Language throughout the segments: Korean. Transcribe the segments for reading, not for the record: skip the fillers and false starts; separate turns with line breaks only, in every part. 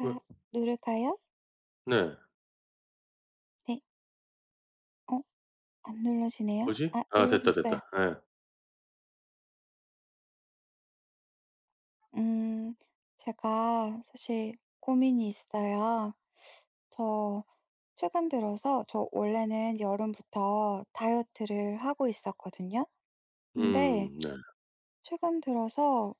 왜?
누를까요?
네.
네. 어 안 눌러지네요.
뭐지?
아
아, 됐다,
눌러졌어요.
됐다. 예.
음 제가 사실 고민이 있어요. 저 최근 들어서 저 원래는 여름부터 다이어트를 하고 있었거든요. 근데
음, 네.
최근 들어서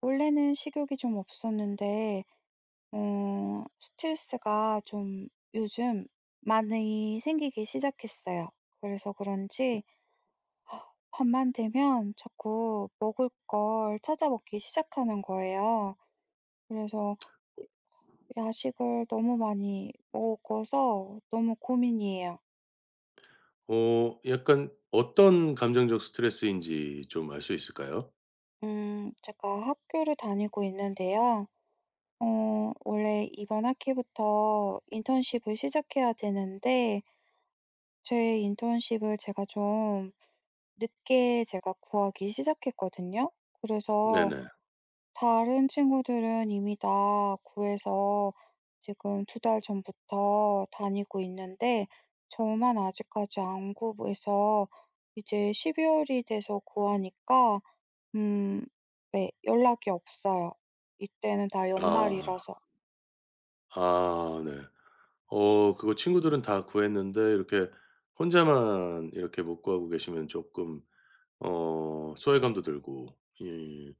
원래는 식욕이 좀 없었는데 스트레스가 좀 요즘 많이 생기기 시작했어요. 그래서 그런지 밤만 되면 자꾸 먹을 걸 찾아 먹기 시작하는 거예요. 그래서 야식을 너무 많이 먹어서 너무 고민이에요.
약간 어떤 감정적 스트레스인지 좀 알 수 있을까요?
제가 학교를 다니고 있는데요. 원래 이번 학기부터 인턴십을 시작해야 되는데, 제 인턴십을 제가 좀 늦게 제가 구하기 시작했거든요. 그래서
네네.
다른 친구들은 이미 다 구해서 지금 2달 전부터 다니고 있는데 저만 아직까지 안 구해서 이제 십이 월이 돼서 구하니까 음 네, 연락이 없어요. 이때는 다
아.
연말이라서.
아, 네. 그거 친구들은 다 구했는데 이렇게 혼자만 이렇게 못 구하고 계시면 쪼끔 소외감도 들고, 예,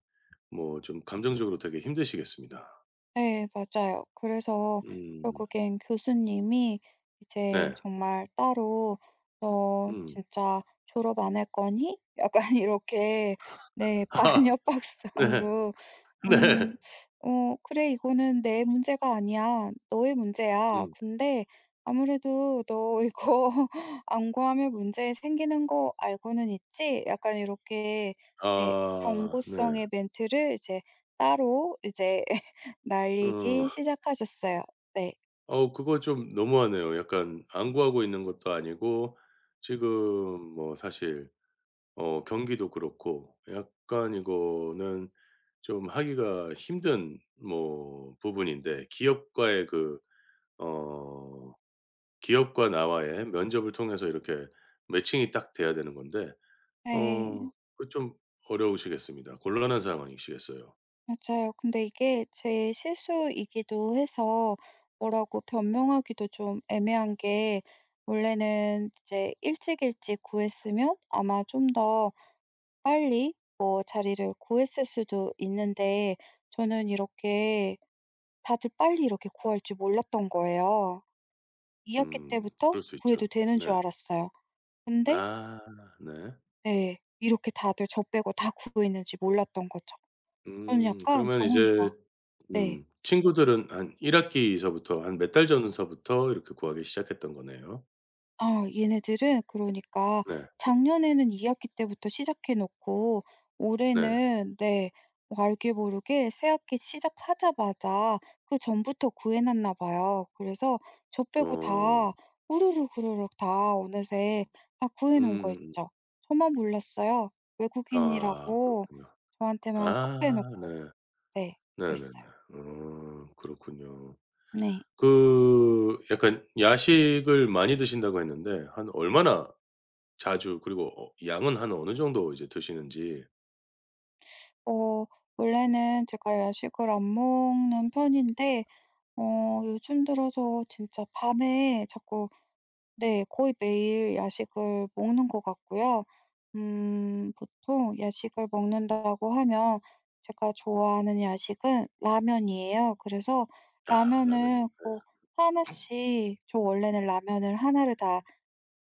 뭐 좀 감정적으로 되게 힘드시겠습니다.
네, 맞아요. 그래서
음,
결국엔 교수님이 이제
네.
정말 따로 "너
음.
진짜 졸업 안 할 거니?" 약간 이렇게 네,
아,
반협
네.
박성으로. 음.
네.
'그래 이거는 내 문제가 아니야. 너의 문제야.
음.
근데 아무래도 너 이거 안 구하면 문제 생기는 거 알고는 있지?' 약간 이렇게 네,
아, 네.
경고성의 멘트를 이제 따로 이제
어.
날리기 시작하셨어요. 네.
그거 좀 너무하네요. 약간 안구하고 있는 것도 아니고 지금, 뭐 사실 경기도 그렇고 약간 이거는 좀 하기가 힘든 뭐 부분인데, 기업과의 그 어 기업과 나와의 면접을 통해서 이렇게 매칭이 딱 돼야 되는 건데
네.
어 그 좀 어려우시겠습니다. 곤란한 상황이시겠어요.
맞아요. 근데 이게 제 실수이기도 해서 뭐라고 변명하기도 좀 애매한 게 원래는 이제 일찍 일찍 구했으면 아마 좀 더 빨리 뭐 자리를 구했을 수도 있는데 저는 이렇게 다들 빨리 이렇게 구할 줄 몰랐던 거예요. 2학기
음,
때부터
그럴 수
구해도
있죠.
되는 줄
네.
알았어요. 근데
아, 네.
네, 이렇게 다들 저 빼고 다 구했는지 몰랐던 거죠. 저는
음.
약간
그러면
저
이제
혼자 네.
음, 친구들은 한 1 학기서부터 한 몇 달 전서부터 이렇게 구하기 시작했던 거네요.
아 얘네들은 그러니까
네.
작년에는 2학기 때부터 시작해 놓고
네.
올해는 네, 뭐 알게 모르게 새학기 시작하자마자 그전부터 구해 놨나 봐요. 그래서 저 빼고
어.
다 우르르 그르륵 다 어느새 다 구해 놓은 거
음,
있죠. 저만 몰랐어요.
아
외국인이라고
그렇군요.
저한테만 쏙
아,
빼놓고.
네.
네,
네네네.
그랬어요.
어, 그렇군요.
네.
그 약간 야식을 많이 드신다고 했는데 한 얼마나 자주, 그리고 양은 한 어느 정도 이제 드시는지.
어 원래는 제가 야식을 안 먹는 편인데 요즘 들어서 진짜 밤에 자꾸 네, 거의 매일 야식을 먹는 것 같고요. 보통 야식을 먹는다고 하면 제가 좋아하는 야식은 라면이에요. 그래서
아, 라면이요.
라면을 꼭 하나씩 저 원래는 라면을 하나를 다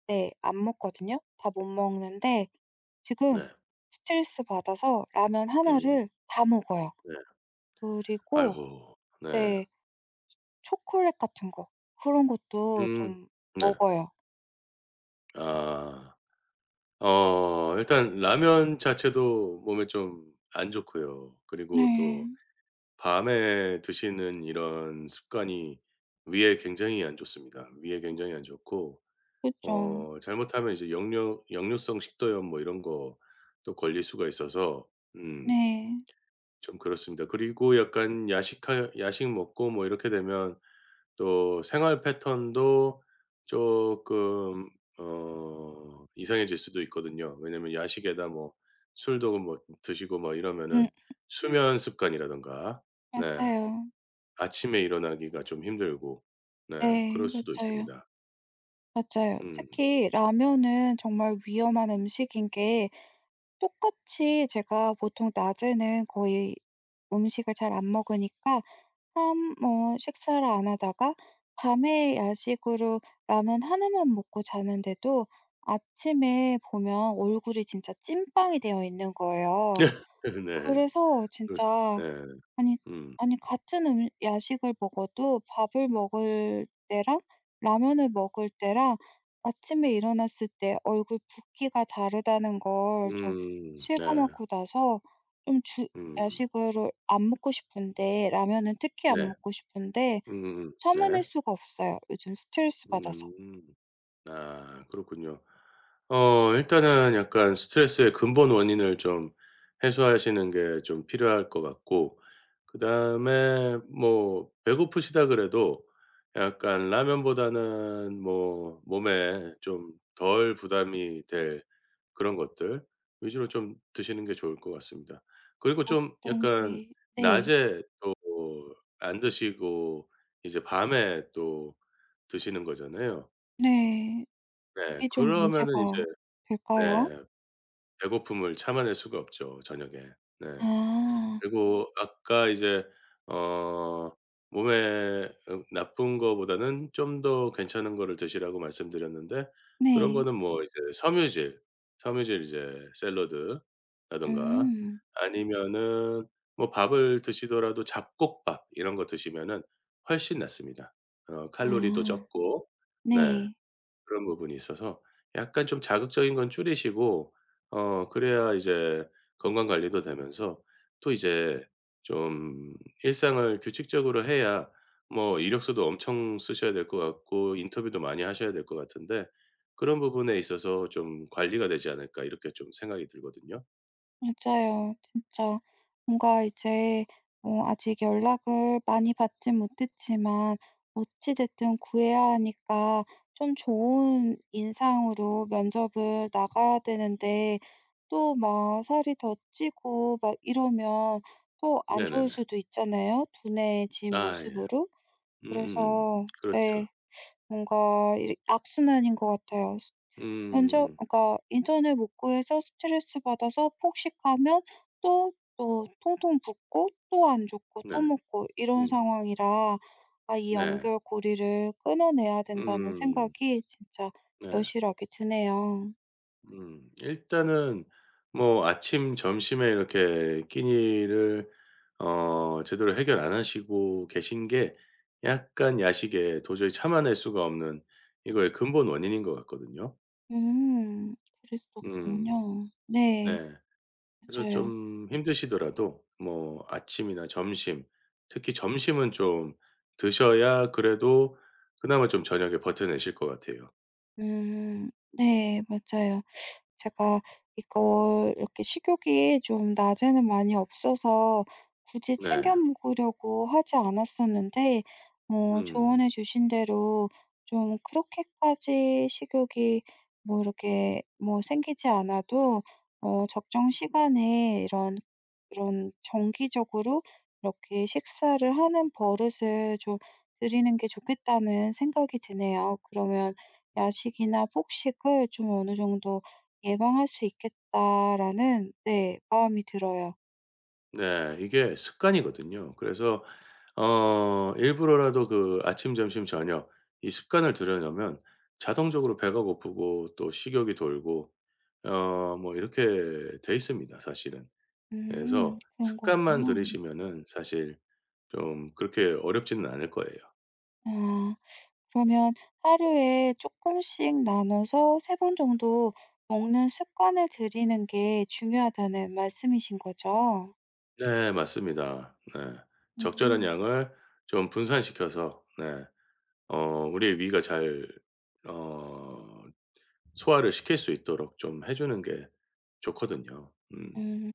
네, 안 먹거든요. 다 못 먹는데 지금
네.
스트레스 받아서 라면 하
음,
나 를 다 먹어요.
네.
그리고
아이고. 네.
네. 초콜릿 같은 거 그런 것도
음.
좀
네.
먹어요.
아. 일단 라면 자체도 몸에 좀 안 좋고요. 그리고
네.
또 밤에 드시는 이런 습관이 위에 굉장히 안 좋습니다. 위에 굉장히 안 좋고
그쵸.
잘못하면 이제 역류성 식도염 뭐 이런 거 또 걸릴 수가 있어서 음,
네.
좀 그렇습니다. 그리고 약간 야식 먹고 뭐 이렇게 되면 또 생활 패턴도 조금 이상해질 수도 있거든요. 왜냐면 야식에다 뭐 술도 뭐 드시고 뭐
음.
이러면은 수면 습관이라든가, 네,
맞아요.
아침에 일어나기가 좀 힘들고, 네, 그럴
네.
수도
맞아요.
있습니다.
맞아요.
음.
특히 라면은 정말 위험한 음식인 게 똑같이 제가 보통 낮에는 거의 음식을 잘 안 먹으니까 한 뭐 식사를 안 하다가 밤에 야식으로 라면 하나만 먹고 자는데도 아침에 보면 얼굴이 진짜 찐빵이 되어 있는 거예요.
네.
그래서
그럴 수.
진짜
네.
아니
음.
아니 같은 야식을 먹어도 밥을 먹을 때랑 라면을 먹을 때랑 아침에 일어났을 때 얼굴 붓기가 다르다는 걸 좀
음. 네.
실감하고 나서 좀 주
음.
야식을 안 먹고 싶은데 라면은 특히 안
네.
먹고 싶은데
음음,
참아낼
네.
수가 없어요, 요즘 스트레스 받아서.
음. 아, 그렇군요. 일단은 약간 스트레스의 근본 원인을 좀 해소하시는 게 좀 필요할 것 같고, 그다음에 뭐 배고프시다 그래도 약간 라면보다는 뭐 몸에 좀 덜 부담이 될 그런 것들 위주로 좀 드시는 게 좋을 것 같습니다. 그리고 좀
어떤
약간
게 네.
낮에 또 안 드시고 이제 밤에 또 드시는 거잖아요.
네.
네.
그게 좀
그러면은
문제가
이제
될까요?
네, 배고픔을 참아낼 수가 없죠 저녁에. 네.
아.
그리고 아까 이제 어 몸에 나쁜 거보다는 좀 더 괜찮은 거를 드시라고 말씀드렸는데, 그런
네.
거는 뭐 이제 섬유질, 섬유질, 이제 샐러드라든가
음.
아니면은 뭐 밥을 드시더라도 잡곡밥 이런 거 드시면은 훨씬 낫습니다. 어, 칼로리도
아.
적고. 네.
네.
그런 부분이 있어서 약간 좀 자극적인 건 줄이시고 그래야 이제 건강 관리도 되면서 또 이제 좀 일상을 규칙적으로 해야, 뭐 이력서도 엄청 쓰셔야 될 것 같고 인터뷰도 많이 하셔야 될 것 같은데, 그런 부분에 있어서 좀 관리가 되지 않을까 이렇게 좀 생각이 들거든요.
맞아요. 진짜 뭔가 이제 뭐 아직 연락을 많이 받진 못했지만 어찌 됐든 구해야 하니까 좀 좋은 인상으로 면접을 나가야 되는데 또 막 살이 더 찌고 막 이러면 또 안 좋을
네네네.
수도 있잖아요, 둔해진
아, 예.
모습으로.
음음음.
그래서
그렇죠.
네. 뭔가 이 악순환인 것 같아요. 면접
음.
그러니까 인터넷 못 구해서 스트레스 받아서 폭식하면 또 또 통통 붓고 또 안 좋고
네.
또 먹고 이런
음.
상황이라 '아 이
네.
연결고리를 끊어내야 된다.'는
음.
생각이 진짜
네.
여실하게 드네요.
음. 일단은 뭐 아침 점심에 이렇게 끼니를 제대로 해결 안 하시고 계신 게 약간 야식에 도저히 참아낼 수가 없는 이거의 근본 원인인 것 같거든요.
음.
음.
그랬었군요. 네.
네. 그래서
맞아요.
좀 힘드시더라도 뭐 아침이나 점심, 특히 점심은 좀 드셔야 그래도 그나마 좀 저녁에 버텨내실 것 같아요.
음. 네. 맞아요. 제가 이걸 이렇게 식욕이 좀 낮에는 많이 없어서 굳이
네.
챙겨 먹으려고 하지 않았었는데
음.
조언해 주신 대로 좀 그렇게까지 식욕이 뭐 이렇게 뭐 생기지 않아도 적정 시간에 이런 정기적으로 이렇게 식사를 하는 버릇을 좀 들이는 게 좋겠다는 생각이 드네요. 그러면 야식이나 폭식을 좀 어느 정도 예방할 수 있겠다'라는 네, 마음이 들어요.
네. 이게 습관이거든요. 그래서 일부러라도 그 아침, 점심, 저녁 이 습관을 들여놓으면 자동적으로 배가 고프고 또 식욕이 돌고 뭐 이렇게 돼 있습니다 사실은. 그래서
그런
습관만
거군요.
들이시면은 사실 좀 그렇게 어렵지는 않을 거예요.
아 그러면 하루에 조금씩 나눠서 3번 정도 먹는 습관을 들이는 게 중요하다는 말씀이신 거죠?
네. 맞습니다. 네. 적절한
음.
양을 좀 분산시켜서, 네, 우리의 위가 잘어 소화를 시킬 수 있도록 좀 해 주는 게 좋거든요. 음.
음.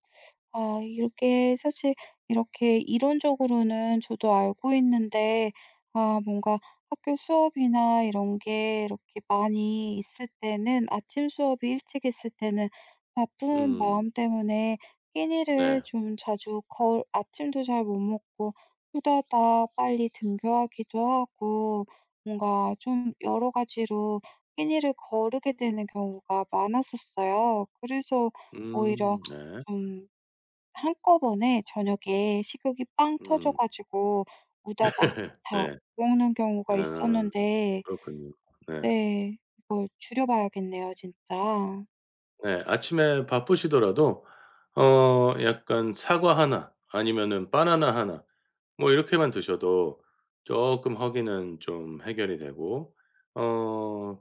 아 이게 렇 사실 이렇게 이론적으로는 저도 알고 있는데 아 뭔가 학교 수업이나 이런 게 이렇게 많이 있을 때는 아침 수업이 일찍 있을 때는 바쁜
음.
마음 때문에 끼니를
네.
좀 자주 걸 아침도 잘 못 먹고 후다닥 빨리 등교하기도 하고 뭔가 좀 여러 가지로 끼니를 거르게 되는 경우가 많았었어요. 그래서 오히려
음, 네.
좀 한꺼번에 저녁에 식욕이 빵 터져
음,
가지고 우다다 다
네.
먹는 경우가
아,
있었는데
그렇군요. 네.
네, 이걸 줄여 봐야겠네요 진짜.
네. 아침에 바쁘시더라도 약간 사과 하나 아니면은 바나나 하나 뭐 이렇게만 드셔도 쪼끔 허기는 좀 해결이 되고 어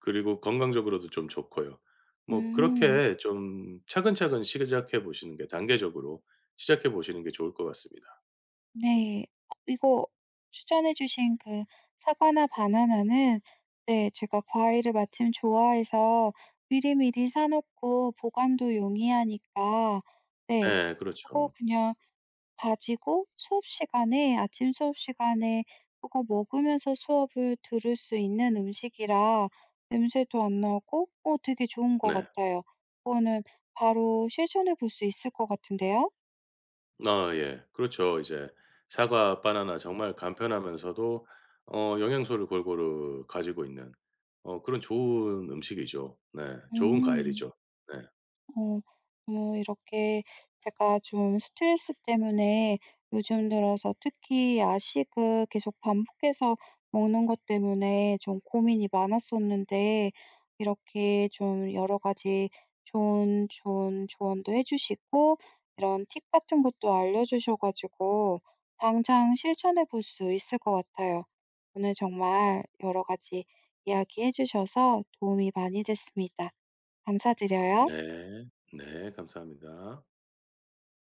그리고 건강적으로도 좀 좋고요. 뭐
음.
그렇게 좀 차근차근 시작해 보시는 게, 단계적으로 시작해 보시는 게 좋을 것 같습니다.
네. 아 이거 추천해 주신 그 사과나 바나나는 네, 제가 과일을 마침 좋아해서 미리미리 사 놓고 보관도 용이하니까 네,
네.
그거
그렇죠.
그냥 가지고 수업 시간에 아침 수업 시간에 그거 먹으면서 수업을 들을 수 있는 음식이라 냄새도 안 나고 되게 좋은 것
네.
같아요. 그거는 바로 실천해 볼 수 있을 것 같은데요.
아, 예. 그렇죠. 이제 사과, 바나나 정말 간편하면서도 영양소를 골고루 가지고 있는 그런 좋은 음식이죠. 네. 좋은
음.
과일이죠. 네.
어, 이렇게 제가 좀 스트레스 때문에 요즘 들어서 특히 야식을 계속 반복해서 먹는 것 때문에 좀 고민이 많았었는데, 이렇게 좀 여러 가지 좋은, 좋은 조언도 해주시고, 이런 팁 같은 것도 알려주셔가지고, 당장 실천해 볼 수 있을 것 같아요. 오늘 정말 여러 가지 이야기해 주셔서 도움이 많이 됐습니다. 감사드려요.
네. 네. 감사합니다.